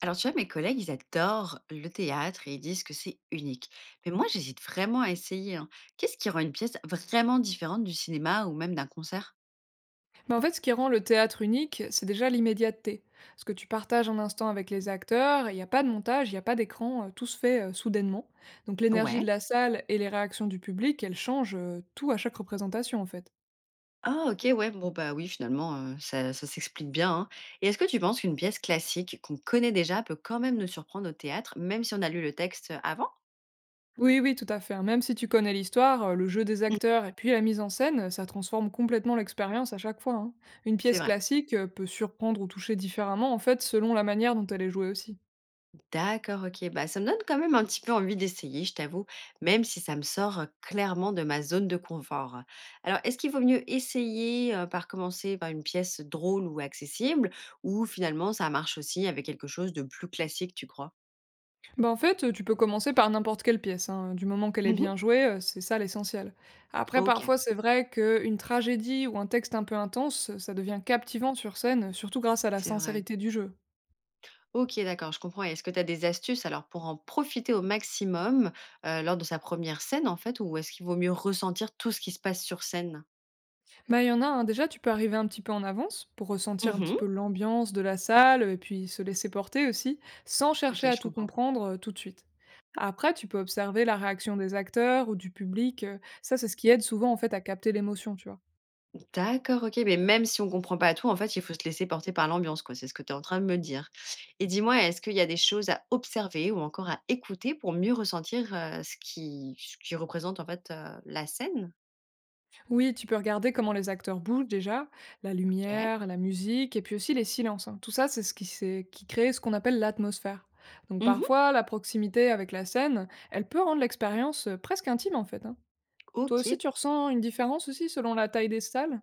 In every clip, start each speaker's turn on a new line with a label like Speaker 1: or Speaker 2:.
Speaker 1: Alors, tu vois, mes collègues, ils adorent le théâtre et ils disent que c'est unique. Mais moi, j'hésite vraiment à essayer, hein. Qu'est-ce qui rend une pièce vraiment différente du cinéma ou même d'un concert?
Speaker 2: Mais en fait, ce qui rend le théâtre unique, c'est déjà l'immédiateté. Ce que tu partages en instant avec les acteurs, il n'y a pas de montage, il n'y a pas d'écran, tout se fait soudainement. Donc l'énergie de
Speaker 1: Ouais.
Speaker 2: la salle et les réactions du public, elles changent tout à chaque représentation en fait.
Speaker 1: Ah, ok, ouais. Bon, bah oui, finalement, ça s'explique bien, hein. Et est-ce que tu penses qu'une pièce classique qu'on connaît déjà peut quand même nous surprendre au théâtre, même si on a lu le texte avant?
Speaker 2: Oui, oui, tout à fait, hein. Même si tu connais l'histoire, le jeu des
Speaker 1: Mm.
Speaker 2: acteurs et puis la mise en scène, ça transforme complètement l'expérience à chaque fois, hein. Une
Speaker 1: C'est
Speaker 2: pièce
Speaker 1: vrai.
Speaker 2: classique peut surprendre ou toucher différemment en fait selon la manière dont elle est jouée aussi.
Speaker 1: D'accord, OK. Bah, ça me donne quand même un petit peu envie d'essayer, je t'avoue, même si ça me sort, clairement de ma zone de confort. Alors, est-ce qu'il vaut mieux essayer, par commencer par une pièce drôle ou accessible, ou finalement ça marche aussi avec quelque chose de plus classique, tu crois?
Speaker 2: Bah, en fait, tu peux commencer par n'importe quelle pièce, hein, du moment qu'elle est
Speaker 1: Mhm.
Speaker 2: bien jouée, c'est ça l'essentiel. Après,
Speaker 1: OK,
Speaker 2: parfois, c'est vrai qu'une tragédie ou un texte un peu intense, ça devient captivant sur scène, surtout grâce à la
Speaker 1: c'est vrai.
Speaker 2: sincérité du jeu.
Speaker 1: OK, d'accord, je comprends. Et est-ce que tu as des astuces alors pour en profiter au maximum, lors de sa première scène en fait, ou est-ce qu'il vaut mieux ressentir tout ce qui se passe sur scène?
Speaker 2: Bah, il y en a, hein, déjà, tu peux arriver un petit peu en avance pour ressentir un petit
Speaker 1: Mhm.
Speaker 2: peu l'ambiance de la salle, et puis se laisser porter aussi, sans chercher
Speaker 1: OK,
Speaker 2: à
Speaker 1: je
Speaker 2: tout
Speaker 1: comprends.
Speaker 2: comprendre, tout de suite. Après, tu peux observer la réaction des acteurs ou du public, ça, c'est ce qui aide souvent, en fait, à capter l'émotion, tu vois?
Speaker 1: D'accord, OK, mais même si on comprend pas tout, en fait, il faut se laisser porter par l'ambiance, quoi. C'est ce que tu es en train de me dire. Et dis-moi, est-ce qu'il y a des choses à observer ou encore à écouter pour mieux ressentir, ce qui représente, en fait, la scène?
Speaker 2: Oui, tu peux regarder comment les acteurs bougent déjà, la
Speaker 1: OK.
Speaker 2: lumière, la musique et puis aussi les silences, hein. Tout ça, c'est ce qui, qui crée ce qu'on appelle l'atmosphère. Donc
Speaker 1: Mmh.
Speaker 2: parfois, la proximité avec la scène, elle peut rendre l'expérience presque intime en fait, hein. Toi aussi,
Speaker 1: OK.
Speaker 2: tu ressens une différence aussi selon la taille des salles.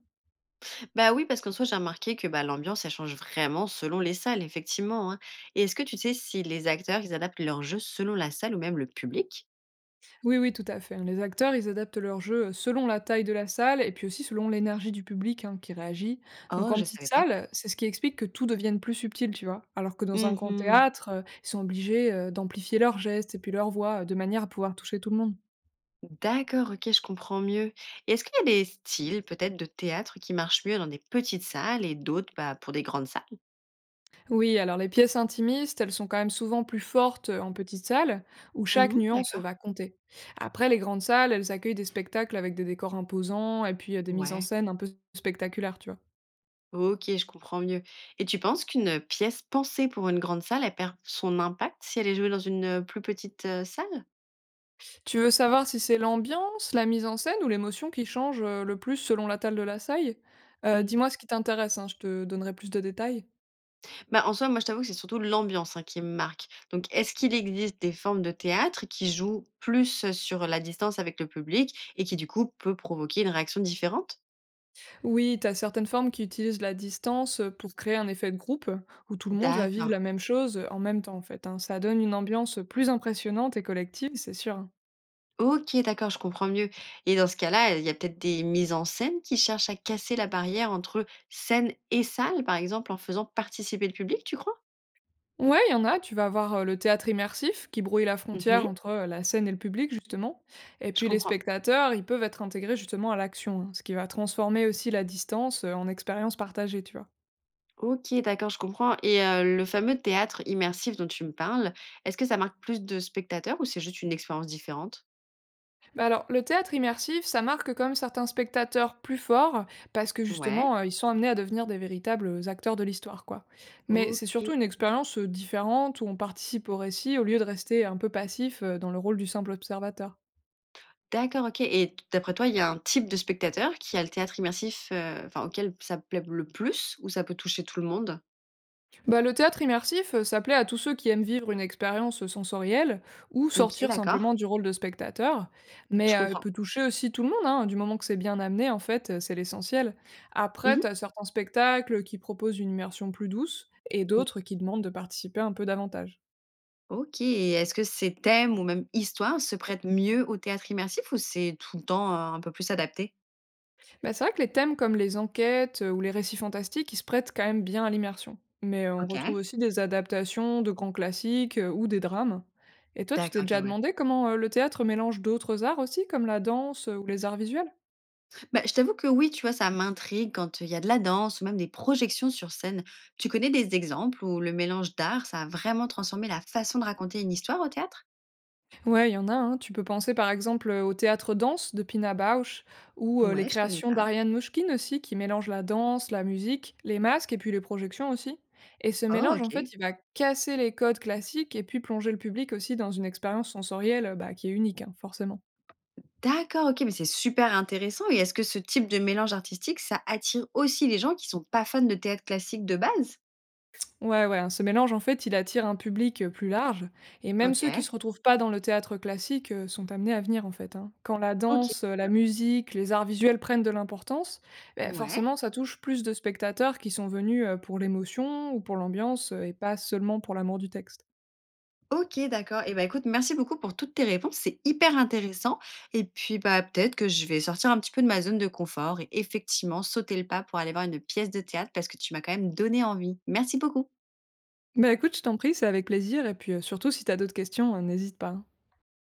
Speaker 1: Bah, oui, parce qu'en soi, j'ai remarqué que, bah, l'ambiance, elle change vraiment selon les salles, effectivement, hein. Et est-ce que tu sais si les acteurs, ils adaptent leur jeu selon la salle ou même le public?
Speaker 2: Oui, oui, tout à fait, hein. Les acteurs, ils adaptent leur jeu selon la taille de la salle et puis aussi selon l'énergie du public, hein, qui réagit. Donc
Speaker 1: Oh,
Speaker 2: en
Speaker 1: je
Speaker 2: petite
Speaker 1: savais pas.
Speaker 2: salle, c'est ce qui explique que tout devienne plus subtil, tu vois. Alors que dans un grand
Speaker 1: Mmh.
Speaker 2: théâtre, ils sont obligés d'amplifier leurs gestes et puis leur voix, de manière à pouvoir toucher tout le monde.
Speaker 1: D'accord, OK, je comprends mieux. Et est-ce qu'il y a des styles peut-être de théâtre qui marchent mieux dans des petites salles et d'autres, bah, pour des grandes salles?
Speaker 2: Oui, alors les pièces intimistes, elles sont quand même souvent plus fortes en petite salle où chaque
Speaker 1: Mmh.
Speaker 2: nuance
Speaker 1: D'accord.
Speaker 2: va compter. Après, les grandes salles, elles accueillent des spectacles avec des décors imposants et puis des mises en
Speaker 1: Ouais,
Speaker 2: scène un peu spectaculaires, tu vois.
Speaker 1: OK, je comprends mieux. Et tu penses qu'une pièce pensée pour une grande salle, elle perd son impact si elle est jouée dans une, plus petite, salle?
Speaker 2: Tu veux savoir si c'est l'ambiance, la mise en scène ou l'émotion qui change, le plus selon la taille de la saille?
Speaker 1: Mmh.
Speaker 2: Dis-moi ce qui t'intéresse, hein, je te donnerai plus de détails.
Speaker 1: Bah, en soi, moi, je t'avoue que c'est surtout l'ambiance, hein, qui me marque. Donc est-ce qu'il existe des formes de théâtre qui jouent plus sur la distance avec le public et qui, du coup, peut provoquer une réaction différente?
Speaker 2: Oui, t'as certaines formes qui utilisent la distance, pour créer un effet de groupe, où tout le monde va vivre
Speaker 1: D'accord.
Speaker 2: la même chose, en même temps, en fait, hein. Ça donne une ambiance plus impressionnante et collective, c'est sûr.
Speaker 1: OK, d'accord, je comprends mieux. Et dans ce cas-là, il y a peut-être des mises en scène qui cherchent à casser la barrière entre scène et salle, par exemple, en faisant participer le public, tu crois?
Speaker 2: Ouais, il y en a. Tu vas avoir, le théâtre immersif qui brouille la
Speaker 1: Mmh.
Speaker 2: frontière entre, la scène et le public justement, et
Speaker 1: Je
Speaker 2: puis les
Speaker 1: comprends.
Speaker 2: spectateurs, ils peuvent être intégrés justement à l'action, hein, ce qui va transformer aussi la distance, en expérience partagée, tu vois?
Speaker 1: OK, d'accord, je comprends. Et le fameux théâtre immersif dont tu me parles, est-ce que ça marque plus de spectateurs ou c'est juste une expérience différente?
Speaker 2: Bah, alors le théâtre immersif, ça marque quand même certains spectateurs plus forts parce que
Speaker 1: Ouais.
Speaker 2: justement, ils sont amenés à devenir des véritables acteurs de l'histoire, quoi. Mais c'est
Speaker 1: OK,
Speaker 2: surtout une expérience, différente où on participe au récit au lieu de rester un peu passif, dans le rôle du simple observateur.
Speaker 1: d'accord, OK. Et t d'après toi, il y a un type de spectateur qui a le théâtre immersif, enfin, auquel ça plaît le plus, ou ça peut toucher tout le monde?
Speaker 2: Bah, le théâtre immersif, ça plaît à tous ceux qui aiment vivre une expérience sensorielle ou
Speaker 1: OK,
Speaker 2: sortir
Speaker 1: d'accord,
Speaker 2: simplement du rôle de spectateur,
Speaker 1: je
Speaker 2: mais
Speaker 1: comprends.
Speaker 2: peut toucher aussi tout le monde, hein, du moment que c'est bien amené, en fait, c'est l'essentiel. Après,
Speaker 1: Mmh.
Speaker 2: tu as certains spectacles qui proposent une immersion plus douce et d'autres qui demandent de participer un peu davantage.
Speaker 1: OK. Et est-ce que ces thèmes ou même histoires se prêtent mieux au théâtre immersif, ou c'est tout le temps, un peu plus adapté?
Speaker 2: Bah, c'est vrai que les thèmes comme les enquêtes ou les récits fantastiques, ils se prêtent quand même bien à l'immersion. Mais on retrouve
Speaker 1: OK.
Speaker 2: aussi des adaptations de grands classiques ou des drames. Et toi, tu t'es
Speaker 1: D'accord, OK,
Speaker 2: déjà
Speaker 1: ouais.
Speaker 2: demandé comment le théâtre mélange d'autres arts aussi, comme la danse ou les arts visuels?
Speaker 1: Bah, je t'avoue que oui, tu vois, ça m'intrigue quand il y a de la danse ou même des projections sur scène. Tu connais des exemples où le mélange d'art, ça a vraiment transformé la façon de raconter une histoire au théâtre?
Speaker 2: Ouais, il y en a, hein. Tu peux penser par exemple au théâtre danse de Pina Bausch ou les
Speaker 1: Ouais, je connais
Speaker 2: créations
Speaker 1: pas.
Speaker 2: d'Ariane Mouchkine aussi, qui mélangent la danse, la musique, les masques et puis les projections aussi. Et ce
Speaker 1: Oh,
Speaker 2: mélange, en
Speaker 1: OK.
Speaker 2: fait, il va casser les codes classiques et puis plonger le public aussi dans une expérience sensorielle, bah, qui est unique, hein, forcément.
Speaker 1: D'accord, OK, mais c'est super intéressant. Et est-ce que ce type de mélange artistique, ça attire aussi les gens qui sont pas fans de théâtre classique de base?
Speaker 2: Ouais, ouais, hein, ce mélange, en fait, il attire un public plus large, et même ceux qui
Speaker 1: OK.
Speaker 2: se retrouvent pas dans le théâtre classique sont amenés à venir, en fait, hein. Quand la
Speaker 1: OK.
Speaker 2: danse, la musique, les arts visuels prennent de l'importance, ben,
Speaker 1: Ouais.
Speaker 2: forcément, ça touche plus de spectateurs qui sont venus pour l'émotion ou pour l'ambiance, et pas seulement pour l'amour du texte.
Speaker 1: OK, d'accord. Et bah, écoute, merci beaucoup pour toutes tes réponses, c'est hyper intéressant, et puis, bah, peut-être que je vais sortir un petit peu de ma zone de confort et effectivement sauter le pas pour aller voir une pièce de théâtre parce que tu m'as quand même donné envie. Merci beaucoup.
Speaker 2: Bah écoute, je t'en prie, c'est avec plaisir, et puis surtout, si t'as d'autres questions, n'hésite pas, hein.